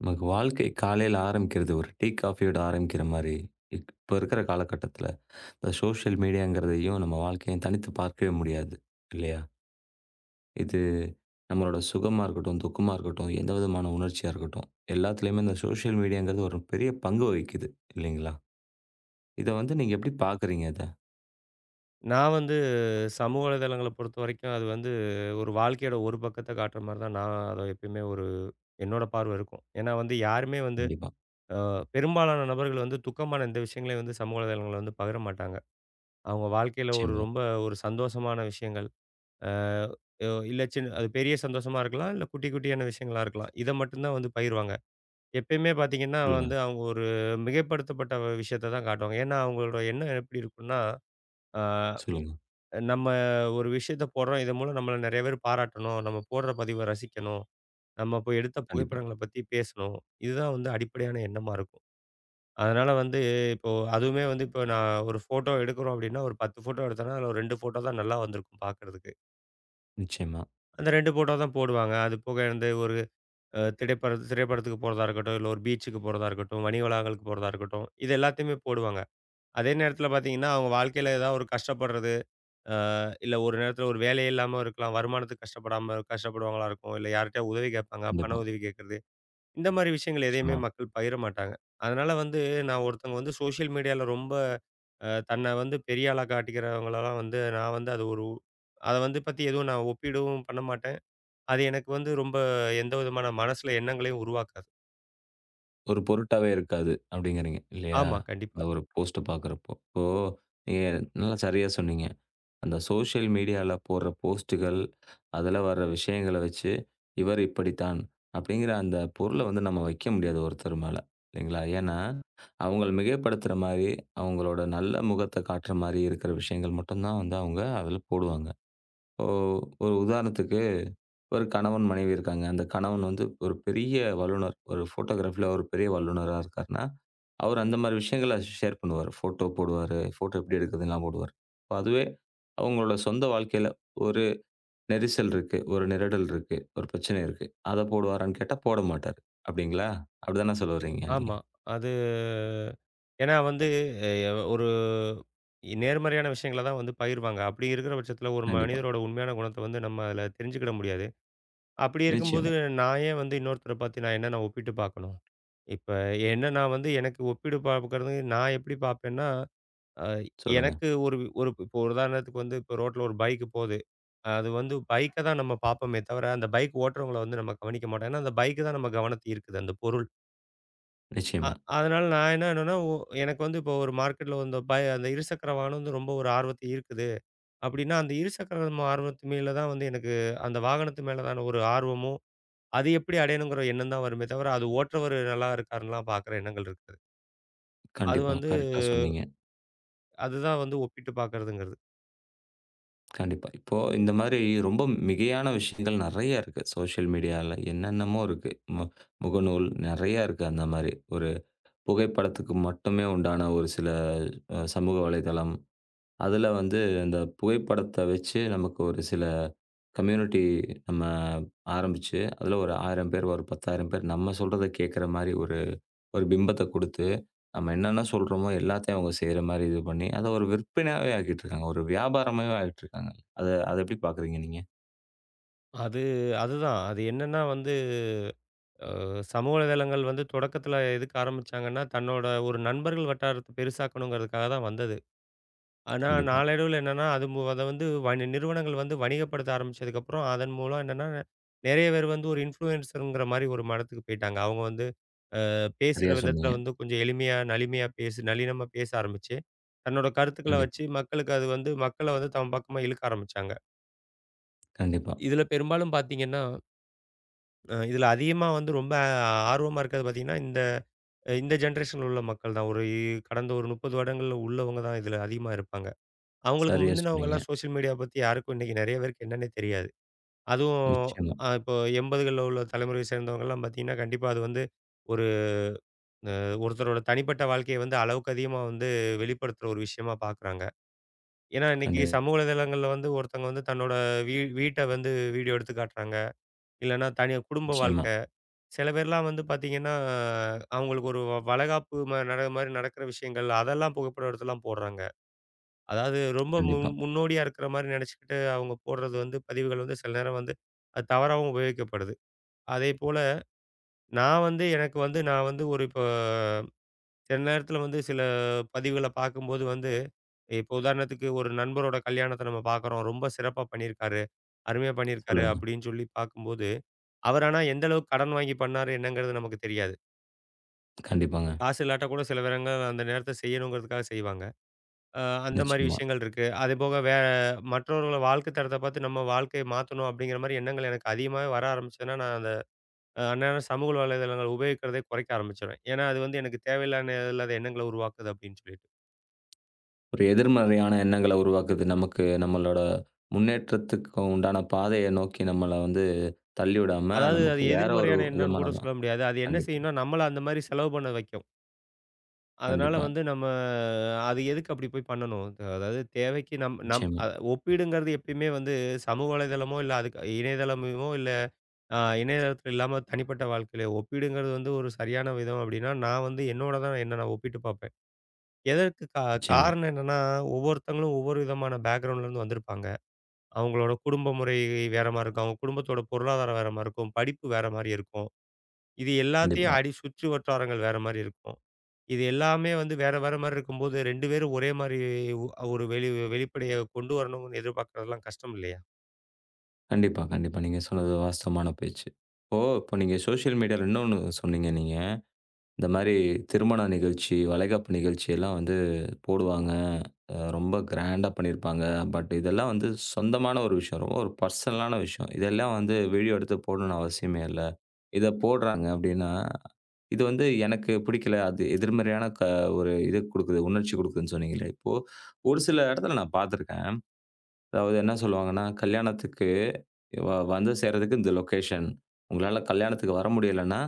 நமக்கு வாழ்க்கை காலையில ஆரம்பிக்கிறது, ஒரு டீ, காஃபியோட ஆரம்பிக்கிற மாரி, இப்ப இருக்கிற காலகட்டத்தில, இந்த சோஷியல் மீடியாங்கிறதையும், நம்ம வாழ்க்கையும் தனித்து பார்க்கவே முடியாது, இல்லையா? இது நம்மளோட சுகமா இருக்கட்டும், துக்கமா இருக்கட்டும், எந்த விதமான உணர்ச்சியா இருக்கட்டும், எல்லாத்துலயுமே இந்த சோஷியல் மீடியாங்கிறது ஒரு பெரிய பங்கு வகிக்குது, இல்லைங்களா? இத வந்து நீங்க எப்படி பார்க்குறீங்க அத? நான் வந்து சமூக வலைதளங்கள பொறுத்தவரைக்கும், அது வந்து ஒரு வாழ்க்கையோட ஒரு பக்கத்த காட்டுற மாரி தான் நான் அத எப்பயுமே ஒரு என்னோட பார்வை இருக்கும். ஏன்னா வந்து யாருமே வந்து கண்டிப்பா. அ பெரும்பாலான நபர்கள் வந்து துக்கமான இந்த விஷயங்களையும் வந்து சமூக வலைதளங்கள்ல வந்து பகிர மாட்டாங்க. அவங்க வாழ்க்கையில ஒரு நிச்சயமா. ரொம்ப ஒரு சந்தோஷமான விஷயங்கள், அ ஒ இல்ல அது பெரிய சந்தோஷமா இருக்கலாம், இல்ல குட்டி குட்டியான விஷயங்களா இருக்கலாம். இத மட்டும் தான் வந்து பகிர்வாங்க. எப்பயுமே பார்த்தீங்கன்னா சொல்லுங்க, வந்து அவங்க ஒரு மிகைப்படுத்தப்பட்ட விஷயத்த தான் காட்டுவாங்க. ஏன்னா அவங்களோட எண்ணம் எப்படி இருக்கும்னா, அ சொல்லுங்க. நம்ம ஒரு விஷயத்த போடுறோம். இதன் மூலம் நம்மள நெறைய பேர் பாராட்டணும். நம்ம போடுற பதிவ ரசிக்கணும். நம்ம இப்ப எடுத்த கண்டிப்பா. புகைப்படங்கள பத்தி பேசணும். இதுதான் வந்து அடிப்படையான எண்ணமா இருக்கும். அதனால வந்து இப்போ அதுவுமே வந்து இப்போ நான் ஒரு ஃபோட்டோ எடுக்கிறோம் அப்டின்னா, ஒரு 10 ஃபோட்டோ எடுத்தோம்னா, அதில ஒரு 2 ஃபோட்டோ தான் நல்லா வந்திருக்கும் பாக்கறதுக்கு. நிச்சயமா. அந்த 2 ஃபோட்டோ தான் போடுவாங்க. அது போக வந்து ஒரு திரைப்படத்துக்கு போறதா இருக்கட்டும், இல்ல ஒரு பீச்சுக்கு போறதா இருக்கட்டும், வணிக வளாகங்களுக்கு போறதா இருக்கட்டும், இது எல்லாத்தையுமே போடுவாங்க. அதே நேரத்தில பார்த்தீங்கன்னா, அவங்க வாழ்க்கையில ஏதாவது ஒரு கஷ்டப்படுறது, அ இல்ல ஒரு நேரத்தில ஒரு வேலையே இல்லாம இருக்கலாம். வருமானத்துக்கு கஷ்டப்படாம கஷ்டப்படுவங்களா இருக்கும். இல்ல யார்ட்டயாவது உதவி கேட்பாங்க. பண கண்டிப்பா. உதவி கேட்கறது. இந்த மாரி விஷயங்கள் எதையுமே நிச்சயமா. மக்கள் பகிர மாட்டாங்க. அதனால வந்து நான் ஒருத்தவங்க வந்து சோஷியல் மீடியால ரொம்ப தன்னை வந்து பெரிய ஆளா காட்டிக்கிறவங்களலாம் வந்து நான் வந்து அது ஒரு அத வந்து பத்தி எதுவும் நான் ஒப்பிடவும் பண்ண மாட்டேன். அது எனக்கு வந்து ரொம்ப எந்த விதமான மனசுல எண்ணங்களையும் உருவாக்காது. ஒரு பொருட்டாவே இருக்காது அப்படிங்கிறீங்க இல்லையா? ஆமா, கண்டிப்பா. இந்த ஒரு போஸ்ட்ட பார்க்குறப்போ. இப்போ நீங்க நல்லா சரியா சொன்னீங்க. அந்த சோஷியல் மீடியால போடுற போஸ்ட்டுகள், அதுல வர்ற விஷயங்கள வச்சு, இவர் இப்படித்தான் அப்படிங்கிற அந்த பொருள வந்து நம்ம வைக்க முடியாது ஒருத்தர் மேல. இல்லைங்களா? ஏன்னா, அவங்கள மிகைப்படுத்துற மாரி, அவங்களோட நல்ல முகத்த காட்டுற மாரி இருக்கிற விஷயங்கள் மட்டும் தான் வந்து அவங்க அதுல போடுவாங்க. இப்போ ஒரு உதாரணத்துக்கு ஒரு கணவன், மனைவி இருக்காங்க. அந்த கணவன் வந்து ஒரு பெரிய வல்லுனர். ஒரு ஃபோட்டோகிராஃபில ஒரு பெரிய வல்லுனரா இருக்காருன்னா, அவர் அந்த மாரி விஷயங்கள ஷேர் பண்ணுவாரு. ஃபோட்டோ போடுவாரு. ஃபோட்டோ எப்படி எடுக்குதுன்லாம் போடுவாரு. இப்ப அதுவே அவங்களோட சொந்த வாழ்க்கையில ஒரு நெரிசல் இருக்கு. ஒரு நெருடல் இருக்கு. ஒரு பிரச்சனை இருக்கு. அத போடுவாரான்னு கேட்டா போட மாட்டாரு. அப்படிங்களா? அப்படிதானே சொல்ல வர்றீங்க நீங்க? ஆமா. அது ஏன்னா வந்து ஒரு நேர்மறையான விஷயங்கள தான் வந்து பகிர்வாங்க. அப்படி இருக்கிற பட்சத்தில ஒரு கண்டிப்பா. மனிதரோட உண்மையான குணத்த வந்து நம்ம அதில தெரிஞ்சுக்கிட முடியாது. அப்படி இருக்கும்போது நிச்சயமா. நான் ஏன் வந்து இன்னொருத்தர பார்த்து நான் என்ன நான் ஒப்பிட்டு பார்க்கணும்? இப்ப என்ன நான் வந்து எனக்கு ஒப்பீடு பார்க்கறது நான் எப்படி பார்ப்பேன்னா, அ சொல்லுங்க. எனக்கு ஒரு ஒரு இப்போ ஒரு உதாரணத்துக்கு வந்து இப்போ ரோட்ல ஒரு பைக் போது. அது வந்து பைக்க தான் நம்ம பார்ப்போமே தவிர, அந்த பைக் ஓட்டுறவங்கள வந்து நம்ம கவனிக்க மாட்டோம். ஏன்னா அந்த பைக் தான் நம்ம கவனத்த ஈர்க்குது அந்த பொருள். அ நிச்சயமா. அதனால நான் என்ன என்னன்னா, எனக்கு வந்து இப்போ ஒரு மார்க்கெட்ல வந்து அந்த இருசக்கர வாகனம் வந்து ரொம்ப ஒரு ஆர்வத்த ஈர்க்குது. அப்படின்னா, அந்த இருசக்கர ஆர்வத்து மேல தான் வந்து எனக்கு அந்த வாகனத்து மேலதான ஒரு ஆர்வமும், அது எப்படி அடையணுங்கிற எண்ணம் தான் வருமே தவிர, அது ஓட்டுறவரு நல்லா இருக்காருன்னுலாம் பாக்குற எண்ணங்கள் இருக்காது. அது கண்டிப்பா. வந்து கரெக்ட்டா சொன்னீங்க. அதுதான் வந்து ஒப்பிட்டு பாக்குறதுங்கிறது. கண்டிப்பா. இப்போ இந்த மாரி ரொம்ப மிகையான விஷயங்கள் நெறைய இருக்கு. சோஷியல் மீடியால என்னென்னமோ இருக்கு. மு முகநூல் நெறைய இருக்கு அந்த மாரி. ஒரு புகைப்படத்துக்கு மட்டுமே உண்டான ஒரு சில சமூக வலைதளம். அதுல வந்து இந்த புகைப்படத்த வச்சு நமக்கு ஒரு சில கம்யூனிட்டி நம்ம ஆரம்பிச்சு, அதுல ஒரு 1000 பேர், ஒரு 10,000 பேர் நம்ம சொல்றத கேட்கிற மாரி ஒரு ஒரு பிம்பத்த குடுத்து நம்ம என்னென்ன சொல்றோமோ எல்லாத்தையும் அவங்க செய்ற மாரி இது பண்ணி, அத ஒரு விற்பனையாவே ஆக்கிட்டுருக்காங்க. ஒரு வியாபாரமாவே ஆக்கிட்டுருக்காங்க. அத அத எப்படி பார்க்குறீங்க நீங்க? அது அதுதான். அது என்னன்னா வந்து, சமூக வலைதளங்கள் வந்து தொடக்கத்துல எதுக்கு ஆரம்பிச்சாங்கன்னா, தன்னோட ஒரு நண்பர்கள் வட்டாரத்த பெருசாக்கணுங்கிறதுக்காக தான் வந்தது. ஆனா, கண்டிப்பா. நாளடைவுல என்னன்னா, அது அத வந்து நிறுவனங்கள் வந்து வணிகப்படுத்த ஆரம்பிச்சதுக்கப்புறம், அதன் மூலம் என்னன்னா, நெறைய பேர் வந்து ஒரு இன்ஃப்ளூயன்ஸர்ங்கிற மாரி ஒரு மடத்துக்கு போயிட்டாங்க. அவங்க வந்து பேசுற சரியா விதத்துல சொன்னீங்க. வந்து கொஞ்சம் எளிமையா, நளிமையா பேசு நளினமா பேச ஆரம்பிச்சு, தன்னோட கருத்துக்கள கண்டிப்பா, வச்சு மக்களுக்கு அது வந்து மக்கள வந்து தம் பக்கமா இழுக்க ஆரம்பிச்சாங்க. கண்டிப்பா. இதுல பெரும்பாலும் பார்த்தீங்கன்னா, இதுல அதிகமா வந்து ரொம்ப ஆர்வமா இருக்கிறது பார்த்தீங்கன்னா, இந்த இந்த ஜெனரேஷன்ல உள்ள மக்கள் தான். ஒரு கடந்த ஒரு 30 வருடங்கள்ல உள்ளவங்க தான் இதுல அதிகமா இருப்பாங்க. அவங்களுக்கு சரியா சொன்னீங்க. முந்தினவங்கலாம் சோஷியல் மீடியா பத்தி யாருக்கும் இன்னைக்கு நெறைய பேருக்கு என்னன்னே தெரியாது. அதுவும் நிச்சயமா. இப்போ 80கள்ல உள்ள தலைமுறையை சேர்ந்தவங்கலாம் பார்த்தீங்கன்னா, கண்டிப்பா அது வந்து ஒரு அ ஒருத்தரோட தனிப்பட்ட வாழ்க்கைய வந்து அளவுக்கு அதிகமா வந்து வெளிப்படுத்துற ஒரு விஷயமா பார்க்குறாங்க. ஏன்னா, இன்னைக்கு கண்டி சமூக வலைதளங்கள்ல வந்து ஒருத்தங்க வந்து தன்னோட வீட்ட வந்து வீடியோ எடுத்து காட்டுறாங்க. இல்லன்னா தனி குடும்ப நிச்சயமா. வாழ்க்கை. சில பேர்லாம் வந்து பார்த்தீங்கன்னா, அவங்களுக்கு ஒரு வளைகாப்பு ம நட மாரி நடக்கிற விஷயங்கள், அதெல்லாம் புகைப்படம் எடுத்துலாம் போடுறாங்க. அதாவது ரொம்ப கண்டிப்பா. முன்னோடியா இருக்கிற மாரி நெனச்சுக்கிட்டு அவங்க போடுறது வந்து பதிவுகள் வந்து சில நேரம் வந்து அது தவறாவும் உபயோகிக்கப்படுது. அதேபோல நான் வந்து எனக்கு வந்து நான் வந்து ஒரு இப்போ சில நேரத்தில வந்து சில பதிவுகள பார்க்கும்போது வந்து, இப்போ உதாரணத்துக்கு ஒரு நண்பரோட கல்யாணத்த நம்ம பார்க்குறோம். ரொம்ப சிறப்பா பண்ணியிருக்காரு, அருமையா பண்ணியிருக்காரு சொல்லுங்க. அப்படின்னு சொல்லி பார்க்கும்போது, அவர் ஆனா எந்த அளவுக்கு கடன் வாங்கி பண்ணாரு என்னங்கிறது நமக்கு தெரியாது. கண்டிப்பாங்க. காசு இல்லாட்டா கூட சில நேரங்கள்ல அந்த நேரத்த செய்யணுங்கிறதுக்காக செய்வாங்க. அந்த மாரி நிச்சயமா. விஷயங்கள் இருக்கு. அதேபோக மற்றவர்களோட வாழ்க்கை தரத்த பார்த்து நம்ம வாழ்க்கைய மாத்தணும் அப்படிங்கிற மாரி எண்ணங்கள் எனக்கு அதிகமாவே வர ஆரம்பிச்சதுன்னா, நான் அந்த அந்நேரம் சமூக வலைதளங்கள் உபயோகிக்கிறதே குறைக்க ஆரம்பிச்சுருவேன். ஏன்னா, அது வந்து எனக்கு தேவையில்லான இல்லாத எண்ணங்கள உருவாக்குது அப்படின்னு சொல்லிட்டு. ஒரு எதிர்மறையான எண்ணங்கள உருவாக்குது. நமக்கு நம்மளோட முன்னேற்றத்துக்கு உண்டான பாதைய நோக்கி நம்மள வந்து தள்ளிவிடாம, அதாவது நமக்கு அது வேற ஒரு எதிர்மறையான எண்ணம்னு விதமா கூட நம்ம சொல்ல முடியாது. அது என்ன கண்டிப்பா, செய்யும்னா, நம்மள அந்த மாரி செலவு பண்ண வைக்கும். அதனால கண்டிப்பா. வந்து நம்ம அது எதுக்கு அப்படி போய் பண்ணணும்? அது- அதாவது தேவைக்கு நம் நம் நிச்சயமா, அ ஒப்பீடுங்கிறது எப்பயுமே வந்து சமூக வலைதளமோ, இல்ல அதுக்கு இணையதளமோ இணையதளத்துல இல்லாம தனிப்பட்ட வாழ்க்கையில ஒப்பீடுங்கிறது வந்து ஒரு சரியான விதம் அப்டின்னா, நான் வந்து என்னோட தான் என்ன நான் ஒப்பிட்டு பார்ப்பேன். எதற்கு கா நிச்சயமா. காரணம் என்னன்னா, ஒவ்வொருத்தங்களும் ஒவ்வொரு விதமான பேக்ரவுண்ட்லேருந்து வந்திருப்பாங்க. அவங்களோட குடும்ப முறை வேற மாரி இருக்கும். அவங்க குடும்பத்தோட பொருளாதாரம் வேற மாரி இருக்கும். படிப்பு வேற மாரி இருக்கும். இது எல்லாத்தையும் கண்டிப்பா. அடி சுற்று வட்டாரங்கள் வேற மாரி இருக்கும். இது எல்லாமே வந்து வேற வேற மாரி இருக்கும்போது 2 பேரும் ஒரே மாரி ஒ ஒரு வெளிப்படைய கொண்டு வரணும்னு எதிர்பார்க்கறதெல்லாம் கஷ்டம் இல்லையா? கண்டிப்பா, கண்டிப்பா. நீங்க சொன்னது வாஸ்தவமான பேச்சு. இப்போ இப்போ நீங்க சோசியல் மீடியால இன்னொன்னு சொன்னீங்க நீங்க. இந்த மாரி திருமண நிகழ்ச்சி, வளைகாப்பு நிகழ்ச்சி எல்லாம் வந்து போடுவாங்க. ரொம்ப கிராண்டா பண்ணியிருப்பாங்க. பட் இதெல்லாம் வந்து சொந்தமான ஒரு விஷயம். ரொம்ப ஒரு பர்சனலான விஷயம். இதெல்லாம் வந்து வீடியோ எடுத்து போடணும்னு அவசியமே இல்ல. இத போடுறாங்க அப்டின்னா, இது வந்து எனக்கு பிடிக்கல. அது எதிர்மறையான ஒரு இது குடுக்குது, உணர்ச்சி குடுக்குதுன்னு சொன்னீங்களே. இப்போ ஒரு சில இடத்துல நான் பார்த்துருக்கேன். அதாவது என்ன சொல்லுவாங்கன்னா, கல்யாணத்துக்கு வ வந்து சேர்றதுக்கு இந்த லொகேஷன். உங்களால கல்யாணத்துக்கு வர முடியலன்னா,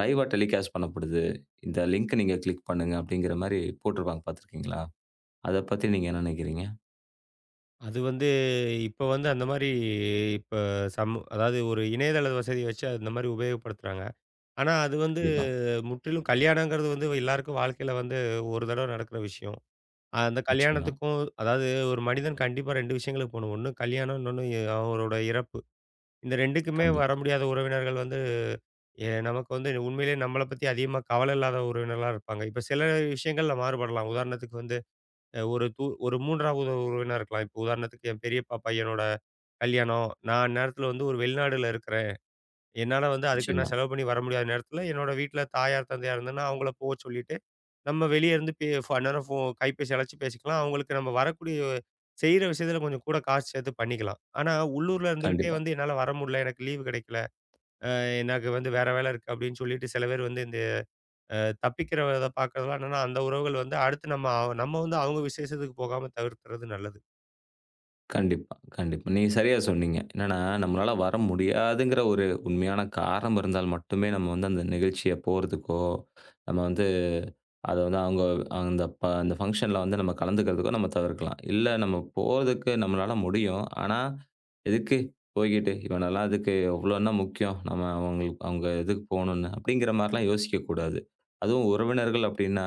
லைவ்வா டெலிகாஸ்ட் பண்ணப்படுது. இந்த லிங்க் நீங்க கிளிக் பண்ணுங்க அப்படிங்கிற மாரி போட்டுருப்பாங்க பார்த்துருக்கீங்களா? அத பத்தி நீங்க என்ன நினைக்கிறீங்க? அது வந்து இப்ப வந்து அந்த மாரி இப்ப அதாவது ஒரு இணையதள வசதிய வச்சு அந்த மாரி உபயோகப்படுத்துறாங்க. ஆனா அது வந்து கண்டிப்பா. முற்றிலும் கல்யாணங்கிறது வந்து எல்லாருக்கும் வாழ்க்கையில வந்து ஒரு தடவ நடக்கிற விஷயம். அந்த நிச்சயமா. கல்யாணத்துக்கும் அதாவது ஒரு மனிதன் கண்டிப்பா 2 விஷயங்களுக்கு போணும். ஒண்ணு கல்யாணம், இன்னொன்னு அவரோட இறப்பு. இந்த 2க்குமே வர கண்டிப்பா. முடியாத உறவினர்கள் வந்து நமக்கு வந்து உண்மையிலேயே நம்மள பத்தி அதிகமா கவலை இல்லாத உறவினர்களா இருப்பாங்க. இப்ப சில விஷயங்கள்ல மாறுபடலாம். உதாரணத்துக்கு வந்து ஒரு ஒரு 3வது உறவினர் இருக்கலாம். இப்போ உதாரணத்துக்கு என் பெரியப்பா பையனோட கல்யாணம். நான் அந்நேரத்துல வந்து ஒரு வெளிநாடுல இருக்கிறேன். என்னால வந்து அதுக்கு நான் நிச்சயமா. செலவு பண்ணி வர முடியாத நேரத்துல, என்னோட வீட்ல தாயார், தந்தையார் இருந்தோன்னா, அவங்கள போக சொல்லிட்டு, நம்ம வெளிய இருந்து பே ஃப அந்நேரம் கைபேசி அழைச்சு பேசிக்கலாம். அவங்களுக்கு நம்ம வரக்கூடிய செய்ற விஷயத்துல கொஞ்சம் கூட காசு சேர்த்து பண்ணிக்கலாம். ஆனா உள்ளூர்ல இருந்துகிட்டே கண்டிப்பா. வந்து என்னால வர முடியல, எனக்கு லீவு கிடைக்கல, அ எனக்கு வந்து வேற வேலை இருக்கு அப்படின்னு சொல்லிட்டு சில பேர் வந்து இந்த தப்பிக்கிறத பார்க்கறதெல்லாம் என்னன்னா அந்த உறவுகள் வந்து அடுத்து நம்ம நம்ம வந்து அவங்க விசேஷத்துக்கு போகாம தவிர்க்கிறது நல்லது. கண்டிப்பா. கண்டிப்பா. நீங்க சரியா சொன்னீங்க. என்னன்னா, நம்மளால வர முடியாதுங்கிற ஒரு உண்மையான காரணம் இருந்தால் மட்டுமே நம்ம வந்து அந்த நிகழ்ச்சிய போறதுக்கோ, நம்ம வந்து அத வந்து அவங்க அந்த ஃபங்ஷன்ல வந்து நம்ம கலந்துக்கிறதுக்கோ நம்ம தவிர்க்கலாம். இல்ல நம்ம போறதுக்கு நம்மளால முடியும். ஆனா, எதுக்கு போய்க்கிட்டு? இவனெல்லாம் எதுக்கு? இவ்ளோன்னா முக்கியம். நம்ம அவங்களுக்கு அவங்க எதுக்கு போணும்னு? அப்படிங்கிற மாரிலாம் யோசிக்கக்கூடாது. அதுவும் உறவினர்கள் அப்படின்னா,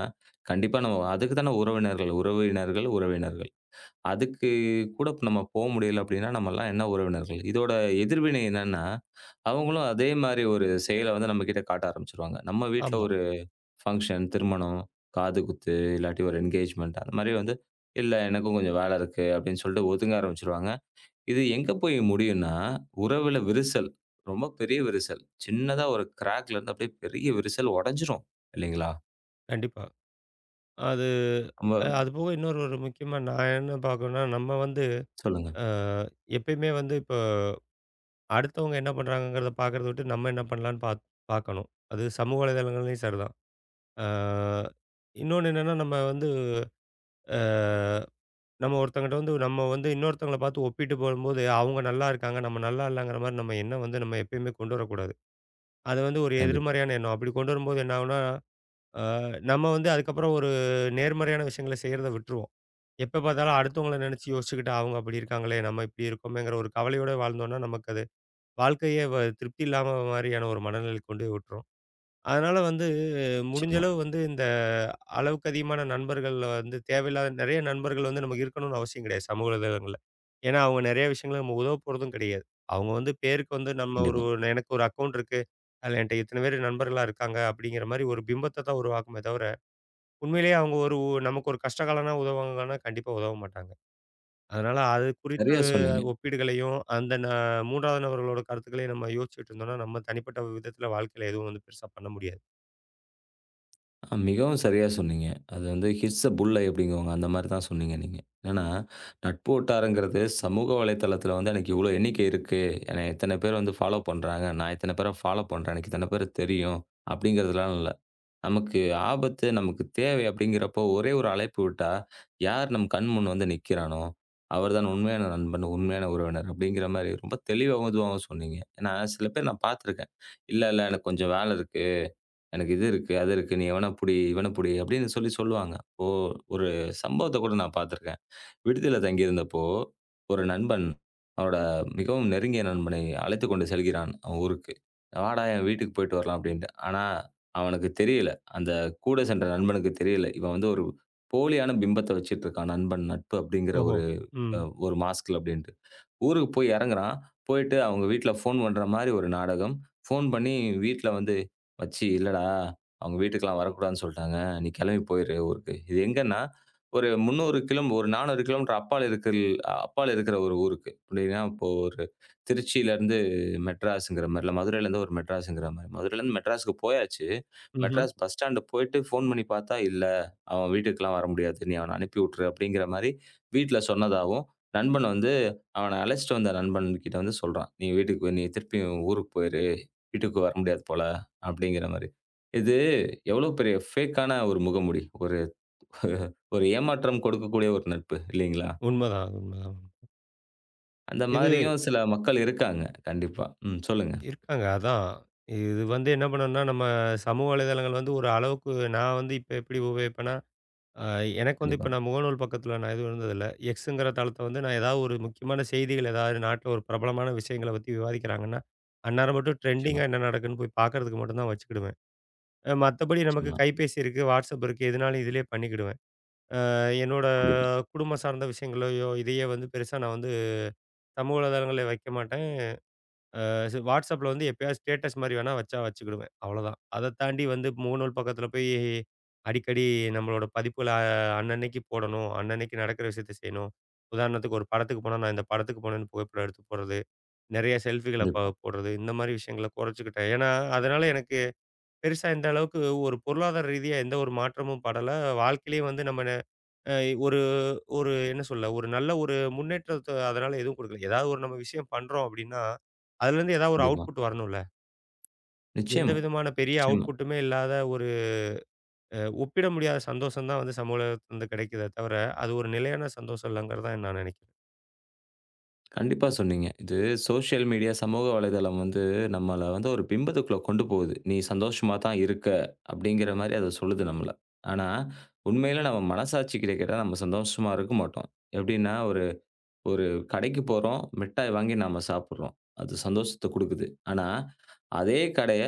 கண்டிப்பா நம்ம அதுக்கு தான உறவினர்கள். உறவினர்கள், உறவினர்கள். அதுக்கு கூட இப்ப நம்ம போ முடியல அப்படின்னா, நம்மலாம் என்ன உறவினர்கள்? இதோட எதிர்வினை என்னன்னா, அவங்களும் அதே மாரி ஒரு செயல வந்து நம்மகிட்ட காட்ட ஆரம்பிச்சுருவாங்க. நம்ம வீட்ல ஆமா. ஒரு ஃபங்ஷன், திருமணம், காதுகுத்து, இல்லாட்டி ஒரு என்கேஜ்மென்ட் அந்த மாரி வந்து, "இல்ல எனக்கும் கொஞ்சம் வேல இருக்கு" அப்படின்னு சொல்லிட்டு ஒதுங்க ஆரம்பிச்சுருவாங்க. இது எங்க போய் முடியும்னா, உறவுல விரிசல். ரொம்ப பெரிய விரிசல். சின்னதா ஒரு கிராக்ல இருந்து அப்படியே பெரிய விரிசல் உடைஞ்சிரும். இல்லைங்களா? கண்டிப்பா. அது நம்ம அது போக இன்னொரு ஒரு முக்கியமா நான் என்ன பார்க்கணும்னா, நம்ம வந்து சொல்லுங்க. அ எப்பயுமே வந்து இப்போ அடுத்தவங்க என்ன பண்றாங்கங்கிறத பார்க்கறத விட்டு நம்ம என்ன பண்ணலான்னு பார்க்கணும். அது சமூக வலைதளங்கள்லயும் சரிதான். அ இன்னொன்னு என்னன்னா நம்ம வந்து அ நம்ம ஒருத்தவங்கட்ட வந்து நம்ம வந்து இன்னொருத்தவங்கள பார்த்து ஒப்பிட்டு போடும்போது அவங்க நல்லா இருக்காங்க, நம்ம நல்லா இல்லங்கிற மாரி நம்ம எண்ணம் வந்து நம்ம எப்பயுமே கொண்டு வரக்கூடாது. அது வந்து ஒரு கண்டிப்பா. எதிர்மறையான எண்ணம். அப்படி கொண்டு வரும்போது என்ன ஆகும்னா, அ நம்ம வந்து அதுக்கப்புறம் ஒரு நேர்மறையான விஷயங்கள செய்றத விட்டுருவோம். எப்ப பார்த்தாலும் அடுத்தவங்கள நினைச்சு யோசிச்சுக்கிட்டு, அவங்க அப்படி இருக்காங்களே, நம்ம இப்படி இருக்கோமேங்கிற ஒரு கவலையோட வாழ்ந்தோம்னா, நமக்கு அது வாழ்க்கையே திருப்தி இல்லாம மாரியான ஒரு மனநிலைக்கு கொண்டு போய் விட்டுரும். அதனால வந்து முடிஞ்ச நிச்சயமா. அளவு வந்து இந்த அளவுக்கு அதிகமான நண்பர்கள் வந்து தேவையில்லாத நிறைய நண்பர்கள் வந்து நமக்கு இருக்கணும்னு அவசியம் கிடையாது சமூக ஊடகங்கள்ல. ஏன்னா அவங்க நிறைய விஷயங்கள நம்ம உதவ போறதும் கிடையாது. அவங்க வந்து பேருக்கு வந்து நம்ம ஒரு கண்டிப்பா. எனக்கு ஒரு அக்கவுண்ட் இருக்கு. அதில என்ட்ட இத்தன பேர் நண்பர்களா இருக்காங்க அப்படிங்கிற மாரி ஒரு பிம்பத்த தான் உருவாக்குமே தவிர, உண்மையிலேயே அவங்க ஒரு நமக்கு ஒரு கஷ்ட காலம்னா உதவுவாங்கன்னா கண்டிப்பா உதவ மாட்டாங்க. அதனால அது குறித்த சரியா சொன்னீங்க. ஒப்பீடுகளையும், அந்த 3வது நபர்களோட கருத்துக்களையும் நம்ம யோசிச்சுட்டு இருந்தோம்னா, நம்ம தனிப்பட்ட விதத்தில வாழ்க்கையில எதுவும் வந்து பெருசா பண்ண முடியாது. மிகவும் சரியா சொன்னீங்க. அது வந்து "ஹிட்ஸ் அ புல்ஐ" அப்படிங்குவாங்க. அந்த மாரி தான் சொன்னீங்க நீங்க. என்னன்னா, நட்பு வட்டாரங்கிறது சமூக வலைதளத்தில வந்து எனக்கு இவ்வளோ எண்ணிக்கை இருக்கு. என்னை இத்தன பேர் வந்து ஃபாலோ பண்றாங்க. நான் இத்தன பேர ஃபாலோ பண்றேன். எனக்கு இத்தன பேர தெரியும் அப்படிங்கிறதுலாம் இல்ல. நமக்கு ஆபத்து, நமக்கு தேவை அப்படிங்கிறப்போ ஒரே ஒரு அழைப்பு விட்டா, யார் நம் கண் முன் வந்து நிற்கிறானோ, அவர் தான் உண்மையான நண்பன், உண்மையான உறவினர் அப்படிங்கிற மாரி ரொம்ப தெளிவாவும், இதுவாவும் சொன்னீங்க. ஏன்னா, சில பேர் நான் பார்த்துருக்கேன். "இல்ல, இல்ல எனக்கு கொஞ்சம் வேலை இருக்கு. எனக்கு இது இருக்கு, அது இருக்கு. நீ எவன புடி, இவன புடி அப்படின்னு சொல்லி சொல்லுவாங்க. இப்போ ஒரு சம்பவத்த கூட நான் பார்த்துருக்கேன். விடுதியில தங்கியிருந்தப்போ, ஒரு நண்பன் அவனோட மிகவும் நெருங்கிய நண்பனை அழைத்துக் கொண்டு செல்கிறான், அவன் ஊருக்கு. "வாடா என் வீட்டுக்கு போயிட்டு வரலாம்" அப்படின்ட்டு. ஆனா, அவனுக்கு தெரியல. அந்த கூட சென்ற நண்பனுக்கு தெரியல. இவன் வந்து ஒரு போலியான பிம்பத்த வச்சுட்டு இருக்கான். நண்பன், நட்பு அப்படிங்கிற ஓஹோ! ஒரு ம். அ ஒரு மாஸ்க்ல அப்படின்ட்டு. ஊருக்கு போய் இறங்குறான். போயிட்டு அவங்க வீட்ல ஃபோன் பண்ற மாரி ஒரு நாடகம். ஃபோன் பண்ணி வீட்ல வந்து, "மச்சி இல்லடா, அவங்க வீட்டுக்கெல்லாம் வரக்கூடாதுன்னு சொல்ட்டாங்க. நீ கெளம்பி போயிரு ஊருக்கு." இது எங்கன்னா, ஒரு 300 கிலோ ஒரு 400 கிலோமீட்டர் அப்பால இருக்கிற ஒரு ஊருக்கு. எப்படின்னா, இப்போ ஒரு திருச்சியிலருந்து மெட்ராஸ்ங்கிற மாரி, இல்ல மதுரையிலருந்து ஒரு மெட்ராஸ்ங்கிற மாரி. மதுரையிலருந்து மெட்ராஸ்க்கு போயாச்சு. ம்ஹ்ம். மெட்ராஸ் பஸ் ஸ்டாண்ட் போயிட்டு ஃபோன் பண்ணி பார்த்தா, "இல்ல, அவன் வீட்டுக்கெல்லாம் வர முடியாது. நீ அவன அனுப்பி விட்டுரு." அப்படிங்கிற மாரி வீட்ல சொன்னதாவும், நண்பன் வந்து அவன அழைச்சிட்டு வந்த நண்பன்கிட்ட வந்து சொல்றான். "நீ வீட்டுக்கு நீ திருப்பி உன் ஊருக்கு போயிரு. வீட்டுக்கு வர முடியாது போல" அப்படிங்கிற மாரி. இது எவ்வளோ பெரிய ஃபேக்கான ஒரு முகமூடி. ஒரு ஒரு ஏமாற்றம் கொடுக்கக்கூடிய ஒரு நட்பு இல்லைங்களா? உண்மதான், உண்மதான். அந்த இது மாரியும் சில மக்கள் இருக்காங்க. கண்டிப்பா. ம். சொல்லுங்க. இருக்காங்க. அதான். இது வந்து என்ன பண்ணும்னா, நம்ம சமூக வலைதளங்கள் வந்து ஒரு அளவுக்கு நான் வந்து இப்ப எப்படி உபயோகிப்பேன்னா, அ எனக்கு வந்து கண்டிப்பா. இப்ப நான் முகநூல் பக்கத்தில நான் எதுவும் இருந்ததில்ல. எக்ஸுங்கிற தளத்த வந்து நான் ஏதாவது ஒரு முக்கியமான செய்திகள் ஏதாவது நாட்ல ஒரு பிரபலமான விஷயங்கள பத்தி விவாதிக்கிறாங்கன்னா, அந்நேரம் மட்டும் நிச்சயமா, ட்ரெண்டிங்கா என்ன நடக்குன்னு போய் பார்க்கறதுக்கு மட்டும் தான் வச்சுக்கிடுவேன். மத்தபடி நமக்கு நிச்சயமா. கைபேசி இருக்கு, WhatsApp இருக்கு. எதுனாலும் இதிலேயே பண்ணிக்கிடுவேன். என்னோட கண்டிப்பா, குடும்பம் சார்ந்த விஷயங்களையோ, இதையே வந்து பெருசா நான் வந்து சமூக வலைதளங்கள்ல வைக்க மாட்டேன். அது வாட்ஸ்அப்ல வந்து எப்பயாவது ஸ்டேட்டஸ் மாரி வேணா வச்சா வச்சுக்கிடுவேன். அவ்வளோதான். அத தாண்டி வந்து முகநூல் பக்கத்துல போய் அடிக்கடி நம்மளோட பதிப்புகள அன்னன்னைக்கு போடணும். அன்னன்னைக்கு நடக்கிற விஷயத்த செய்யணும். உதாரணத்துக்கு ஒரு படத்துக்கு போனா, நான் இந்த படத்துக்கு போனேன்னு புகைப்படம் எடுத்து போடுறது. நெறைய செல்ஃபிகள ப கண்டிப்பா, போடுறது. இந்த மாரி விஷயங்கள குறைச்சுக்கிட்டேன். ஏன்னா, அதனால எனக்கு பெருசா எந்த அளவுக்கு ஒரு பொருளாதார ரீதியா எந்த ஒரு மாற்றமும் படல. வாழ்க்கையிலயும் வந்து நம்ம ந அ ஒரு ஒரு என்ன சொல்ல, ஒரு நல்ல ஒரு முன்னேற்றத்த அதனால எதுவும் குடுக்கல. ஏதாவது ஒரு நம்ம விஷயம் பண்றோம் அப்படின்னா, அதுலேருந்து ஏதாவது ஒரு கண்டிப்பா. அவுட்புட் வரணும்ல. எந்த நிச்சயமா, விதமான பெரிய நிச்சயமா. அவுட்புட்டுமே இல்லாத ஒரு ஒப்பிட முடியாத சந்தோஷம் தான் வந்து சமூகத்துல இருந்து கிடைக்குதே தவிர, அது ஒரு நிலையான சந்தோஷம் இல்லங்கிறது தான் நான் நினைக்கிறேன். கண்டிப்பா சொன்னீங்க. இது சோசியல் மீடியா, சமூக வலைதளம் வந்து நம்மள வந்து ஒரு பிம்பத்துக்குள்ள கொண்டு போகுது. "நீ சந்தோஷமா தான் இருக்க" அப்படிங்கிற மாரி அது சொல்லுது நம்மள. ஆனா, உண்மையில நம்ம மனசாட்சிக்கிட்ட கேட்டா நம்ம சந்தோஷமா இருக்க மாட்டோம். எப்படின்னா, ஒரு ஒரு கடைக்கு போறோம், மிட்டாய் வாங்கி நாம சாப்பிடுறோம். அது சந்தோஷத்த குடுக்குது. ஆனா, அதே கடைய,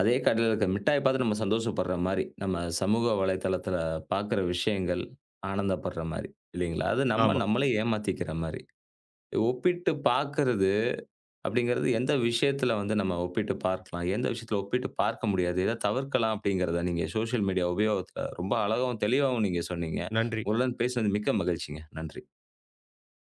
அதே கடையில இருக்க மிட்டாய் பார்த்து நம்ம சந்தோஷப்படுற மாரி, நம்ம சமூக வலைதளத்தில பார்க்குற விஷயங்கள் ஆனந்தப்படுற மாரி, இல்லைங்களா? அது நம்ம ஆமா. நம்மளே ஏமாத்திக்கிற மாரி. ஒப்பிட்டு பார்க்கறது அப்படிங்கிறது எந்த விஷயத்துல வந்து நம்ம ஒப்பிட்டு பார்க்கலாம்? எந்த விஷயத்துல ஒப்பிட்டு பார்க்க முடியாது? எத தவிர்க்கலாம் அப்படிங்கிறத நீங்க சோசியல் மீடியா உபயோகத்துல ரொம்ப அழகாவும், தெளிவாவும் நீங்க சொன்னீங்க. நன்றி. உங்களுடன் பேசினது மிக்க மகிழ்ச்சிங்க. நன்றி.